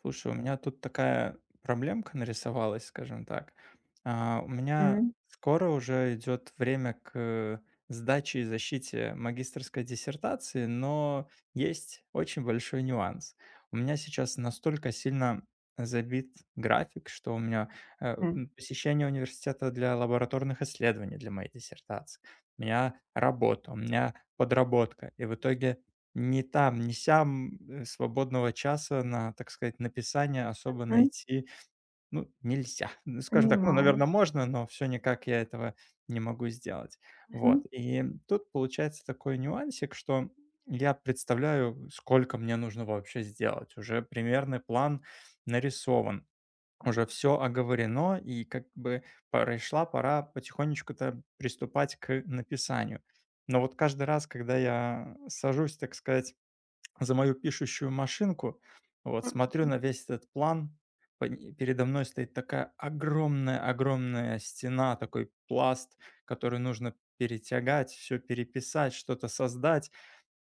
Слушай, у меня тут такая проблемка нарисовалась, скажем так. У меня Мгм. скоро уже идет время к сдаче и защите магистерской диссертации, но есть очень большой нюанс. У меня сейчас настолько сильно забит график, что у меня посещение университета для лабораторных исследований для моей диссертации, у меня работа, у меня подработка. И в итоге ни там, ни сям, свободного часа на, так сказать, написание особо Мгм. найти, ну, нельзя. Ну, скажем так, ну, Понимаю. наверное, можно, но все никак я этого не могу сделать. Мгм. Вот. И тут получается такой нюансик, что я представляю, сколько мне нужно вообще сделать. Уже примерный план нарисован, уже все оговорено, и как бы пришла пора потихонечку-то приступать к написанию. Но вот каждый раз, когда я сажусь, так сказать, за мою пишущую машинку. Вот, М, смотрю на весь этот план. Передо мной стоит такая огромная-огромная стена, такой пласт, который нужно перетягать, все переписать, что-то создать.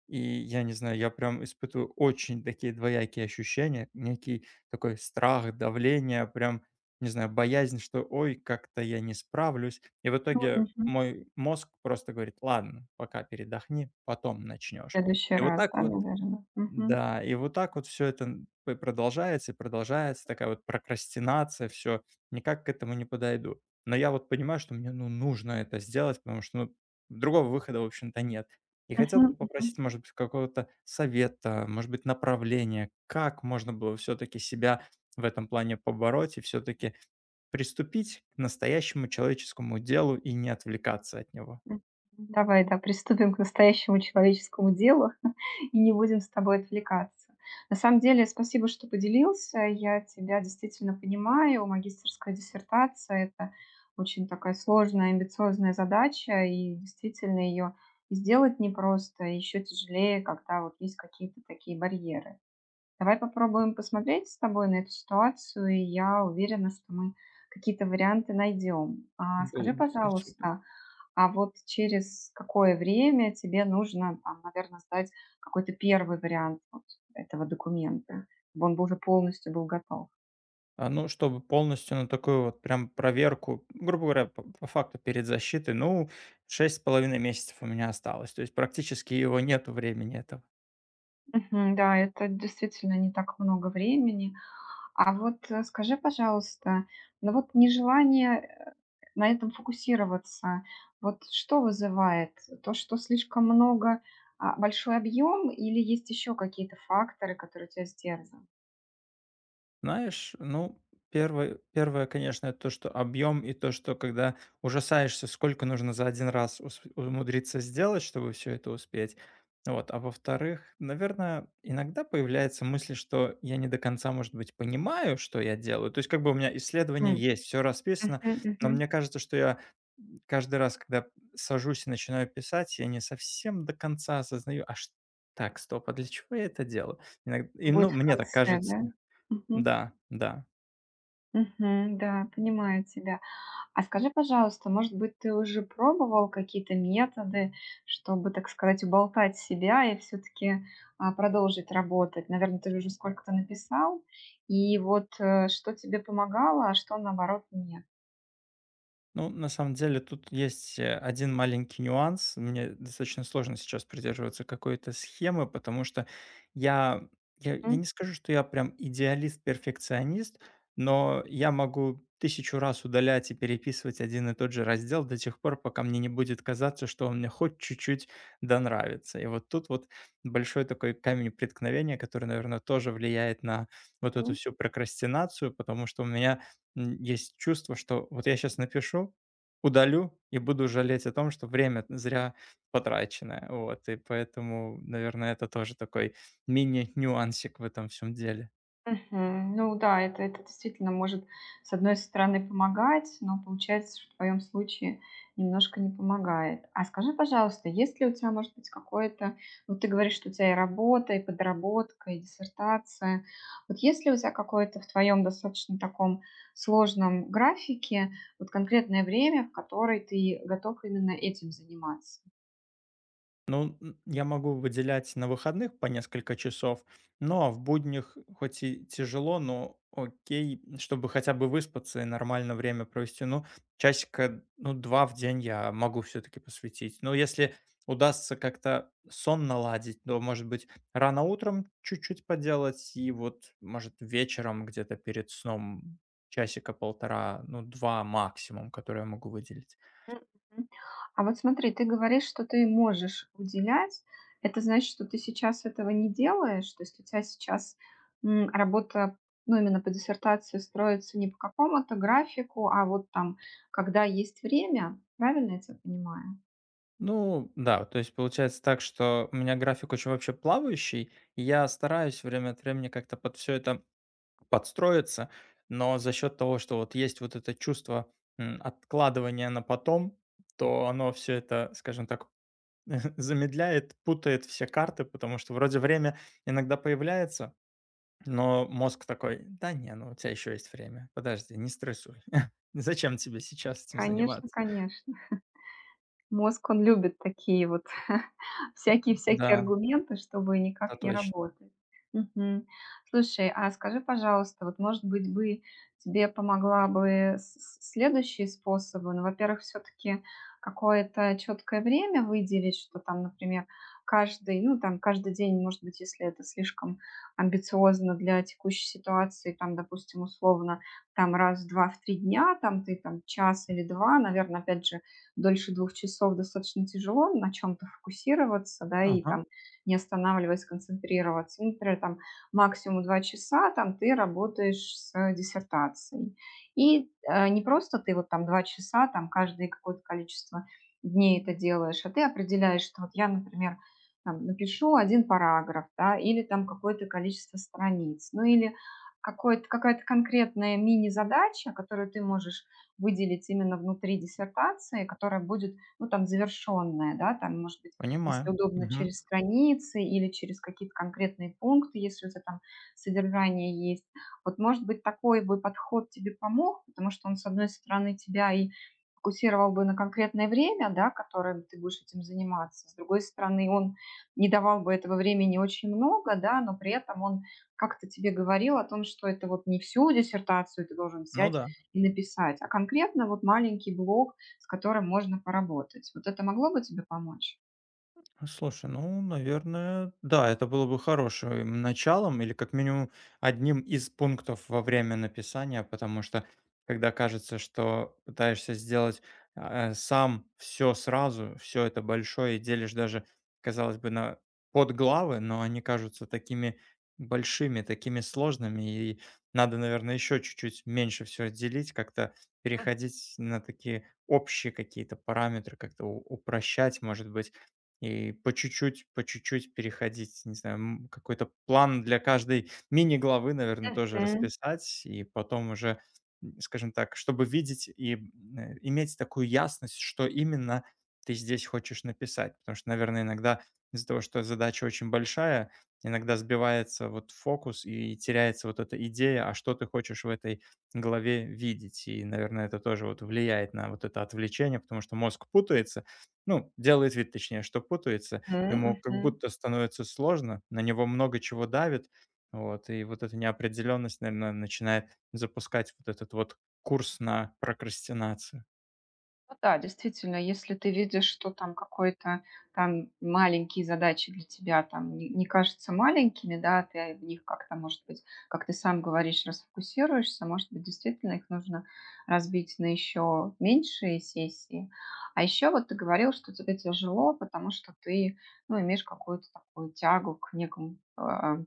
И я не знаю, я прям испытываю очень такие двоякие ощущения, некий такой страх, давление, прям, не знаю, боязнь, что ой, как-то я не справлюсь. И в итоге мгм, мгм. мой мозг просто говорит, ладно, пока передохни, потом В начнешь. следующий И вот раз, так да, вот наверное. Мгм. да, и вот так вот все это п продолжается и продолжается, такая вот прокрастинация. Все, никак к этому не подойду. Но я вот понимаю, что мне, ну, нужно это сделать, потому что, ну, другого выхода, в общем-то, нет. И хотел Мгм, бы мгм, попросить, может быть, какого-то совета, может быть, направления, как можно было все таки себя в этом плане побороть и все таки приступить к настоящему человеческому делу и не отвлекаться от него. м. Давай, да, приступим к настоящему человеческому делу и не будем с тобой отвлекаться. На самом деле, спасибо, что поделился. Я тебя действительно понимаю. Магистерская диссертация — это очень такая сложная, амбициозная задача, и действительно ее сделать непросто, и еще тяжелее, когда вот есть какие-то такие барьеры. Давай попробуем посмотреть с тобой на эту ситуацию, и я уверена, что мы какие-то варианты найдем. А, скажи, Был пожалуйста, а вот через какое время тебе нужно, наверное, сдать какой-то первый вариант вот этого документа, чтобы он был уже полностью был готов? Ну, чтобы полностью на такую вот прям проверку, грубо говоря, по факту перед защитой, ну, 6,5 месяцев у меня осталось. То есть практически его нету времени этого. Мгм. Да, это действительно не так много времени. А вот скажи, пожалуйста, ну вот нежелание на этом фокусироваться. Вот что вызывает? То, что слишком много, большой объем, или есть еще какие-то факторы, которые тебя сдерживают? Знаешь, ну, первое, конечно, это то, что объем, и то, что когда ужасаешься, сколько нужно за один раз умудриться сделать, чтобы все это успеть. Вот. А во-вторых, наверное, иногда появляется мысль, что я не до конца, может быть, понимаю, что я делаю. То есть как бы у меня исследование М, есть, все расписано, мгм, но мгм. мне кажется, что я каждый раз, когда сажусь и начинаю писать, я не совсем до конца осознаю, а что так, стоп, а для чего я это делаю? Иногда, и, ну, Будет в мне так конце, кажется, да? Мгм. да, да. Мгм. Да, понимаю тебя. А скажи, пожалуйста, может быть, ты уже пробовал какие-то методы, чтобы, так сказать, уболтать себя и все-таки продолжить работать? Наверное, ты уже сколько-то написал, и вот что тебе помогало, а что наоборот нет? Ну, на самом деле, тут есть, 1 маленький нюанс. Мне достаточно сложно сейчас придерживаться какой-то схемы, потому что я я Мгм. не скажу, что я прям идеалист-перфекционист, но я могу тысячу раз удалять и переписывать один и тот же раздел до тех пор, пока мне не будет казаться, что он мне хоть чуть-чуть да нравится. И вот тут вот большой такой камень преткновения, который, наверное, тоже влияет на вот эту всю прокрастинацию, потому что у меня есть чувство, что вот я сейчас напишу, удалю и буду жалеть о том, что время зря потраченное. Вот, и поэтому, наверное, это тоже такой мини-нюансик в этом всем деле. Мгм. Ну да, это действительно может, с одной стороны, помогать, но получается, что в твоем случае немножко не помогает. А скажи, пожалуйста, есть ли у тебя, может быть, какое-то, ну, ты говоришь, что у тебя и работа, и подработка, и диссертация. Вот есть ли у тебя какое-то в твоем достаточно таком сложном графике вот конкретное время, в которое ты готов именно этим заниматься? Ну, я могу выделять на выходных по несколько часов, но в буднях хоть и тяжело, но окей, чтобы хотя бы выспаться и нормально время провести. Ну, часика, ну, 2 в день я могу все-таки посвятить. Но если удастся как-то сон наладить, то, может быть, рано утром чуть-чуть поделать, и вот, может, вечером где-то перед сном часика полтора, ну, два максимум, которые я могу выделить. Мгм, мгм. А вот смотри, ты говоришь, что ты можешь уделять. Это значит, что ты сейчас этого не делаешь? То есть у тебя сейчас работа, ну, именно по диссертации строится не по какому-то графику, а вот там, когда есть время. Правильно я тебя понимаю? Ну да, то есть получается так, что у меня график очень вообще плавающий, и я стараюсь время от времени как-то под все это подстроиться, но за счет того, что вот есть вот это чувство откладывания на потом, то оно все это, скажем так, замедляет, путает все карты, потому что вроде время иногда появляется, но мозг такой, да не, ну у тебя еще есть время, подожди, не стрессуй. Зачем тебе сейчас этим Конечно, заниматься? конечно. Мозг, он любит такие вот всякие-всякие Да, аргументы, чтобы да, никак не точно. работать. Мгм. Слушай, а скажи, пожалуйста, вот, может быть, бы тебе помогла бы с следующие способы? Ну, во-первых, все-таки какое-то четкое время выделить, что там, например, каждый, ну, там, каждый день, может быть, если это слишком амбициозно для текущей ситуации, там, допустим, условно, там раз в 2-3 дня, там ты там час или 2, наверное, опять же, дольше двух часов достаточно тяжело на чем-то фокусироваться, да, и Ага, там не останавливаясь, концентрироваться. Ну, например, там максимум два часа там ты работаешь с диссертацией. И не просто ты вот там два часа, там каждое какое-то количество дней это делаешь, а ты определяешь, что вот я, например, там, напишу один параграф, да, или там какое-то количество страниц, ну или какое-то, какая-то конкретная мини-задача, которую ты можешь выделить именно внутри диссертации, которая будет, ну, там, завершенная, да, там, может быть, если понимаю. удобно, через страницы или через какие-то конкретные пункты, если у тебя там содержание есть. Вот, может быть, такой бы подход тебе помог, потому что он, с одной стороны, тебя и фокусировал бы на конкретное время, да, которым ты будешь этим заниматься. С другой стороны, он не давал бы этого времени очень много, да, но при этом он как-то тебе говорил о том, что это вот не всю диссертацию ты должен Ну взять, да. и написать, а конкретно вот маленький блок, с которым можно поработать. Вот это могло бы тебе помочь? Слушай, ну, наверное, да, это было бы хорошим началом или как минимум одним из пунктов во время написания, потому что когда кажется, что пытаешься сделать, сам все сразу, все это большое и делишь даже, казалось бы, на подглавы, но они кажутся такими большими, такими сложными, и надо, наверное, еще чуть-чуть меньше все делить, как-то переходить на такие общие какие-то параметры, как-то у упрощать, может быть. И по чуть-чуть переходить, не знаю, какой-то план для каждой мини-главы, наверное, тоже Мгм, расписать, и потом уже, скажем так, чтобы видеть и иметь такую ясность, что именно ты здесь хочешь написать. Потому что, наверное, иногда из-за того, что задача очень большая, иногда сбивается вот фокус и теряется вот эта идея, а что ты хочешь в этой главе видеть. И, наверное, это тоже вот влияет на вот это отвлечение, потому что мозг путается, ну, делает вид, точнее, что путается. Ему мгм, как мгм. будто становится сложно, на него много чего давит. Вот, и вот эта неопределенность, наверное, начинает запускать вот этот вот курс на прокрастинацию. Ну да, действительно, если ты видишь, что там какой-то там маленькие задачи для тебя там не кажутся маленькими, да, ты в них как-то, может быть, как ты сам говоришь, расфокусируешься, может быть, действительно их нужно разбить на еще меньшие сессии. А еще вот ты говорил, что тебе тяжело, потому что ты, ну, имеешь какую-то такую тягу к некому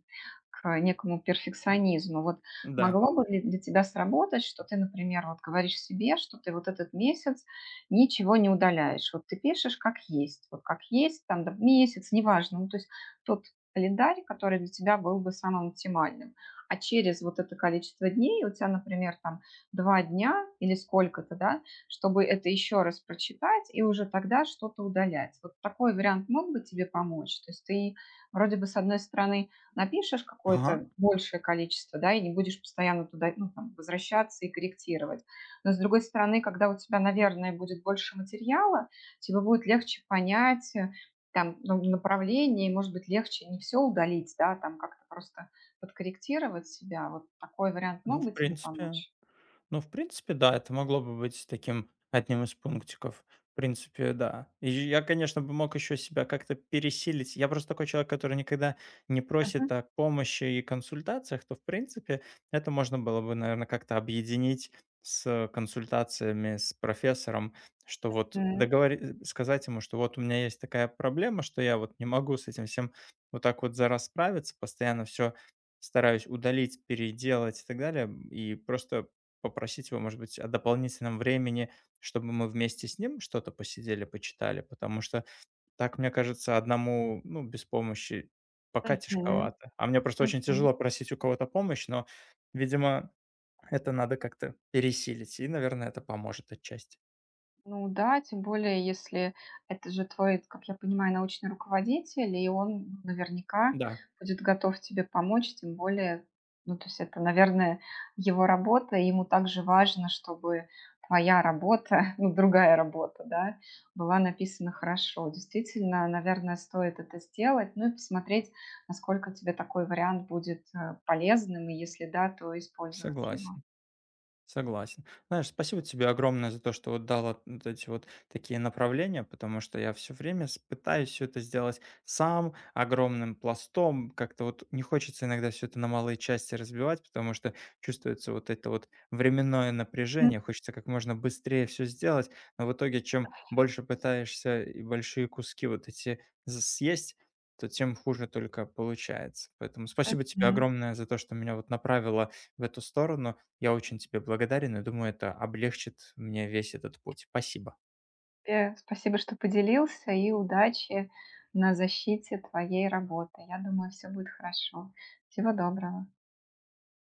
перфекционизму. Вот Да. могло бы ли для тебя сработать, что ты, например, вот говоришь себе, что ты вот этот месяц ничего не удаляешь. Вот ты пишешь как есть, вот как есть, там да, месяц, неважно. Ну, то есть тот календарь, который для тебя был бы самым оптимальным. А через вот это количество дней, у тебя, например, там два дня или сколько-то, да, чтобы это еще раз прочитать и уже тогда что-то удалять. Вот такой вариант мог бы тебе помочь. То есть ты вроде бы, с одной стороны, напишешь Ага. какое-то большее количество, да, и не будешь постоянно туда, ну, там, возвращаться и корректировать. Но, с другой стороны, когда у тебя, наверное, будет больше материала, тебе будет легче понять там, ну, направление, и, может быть, легче не все удалить, да, там как-то просто подкорректировать себя. Вот такой вариант ну, мог в бы тебе принципе помочь? Ну, в принципе, да, это могло бы быть таким одним из пунктиков. В принципе, да. И я, конечно, бы мог еще себя как-то пересилить. Я просто такой человек, который никогда не просит о помощи и консультациях, то, в принципе, это можно было бы, наверное, как-то объединить с консультациями с профессором, что вот Мгм. Сказать ему, что вот у меня есть такая проблема, что я вот не могу с этим всем вот так вот за раз справиться, постоянно все стараюсь удалить, переделать и так далее, и просто попросить его, может быть, о дополнительном времени, чтобы мы вместе с ним что-то посидели, почитали, потому что так, мне кажется, одному, ну, без помощи пока Мгм. тяжковато. А мне просто очень Мгм. тяжело просить у кого-то помощь, но, видимо, это надо как-то пересилить, и, наверное, это поможет отчасти. Ну да, тем более, если это же твой, как я понимаю, научный руководитель, и он наверняка Да, будет готов тебе помочь, тем более, ну, то есть это, наверное, его работа, и ему также важно, чтобы твоя работа, ну, другая работа, да, была написана хорошо. Действительно, наверное, стоит это сделать, ну и посмотреть, насколько тебе такой вариант будет полезным, и если да, то использовать его. согласен. Согласен. Знаешь, спасибо тебе огромное за то, что вот дала вот эти вот такие направления, потому что я все время пытаюсь все это сделать сам, огромным пластом. Как-то вот не хочется иногда все это на малые части разбивать, потому что чувствуется вот это вот временное напряжение, хочется как можно быстрее все сделать, но в итоге чем больше пытаешься и большие куски вот эти съесть, то тем хуже только получается. Поэтому спасибо тебе Мгм. огромное за то, что меня вот направило в эту сторону. Я очень тебе благодарен и думаю, это облегчит мне весь этот путь. Спасибо. Тебе спасибо, что поделился, и удачи на защите твоей работы. Я думаю, все будет хорошо. Всего доброго.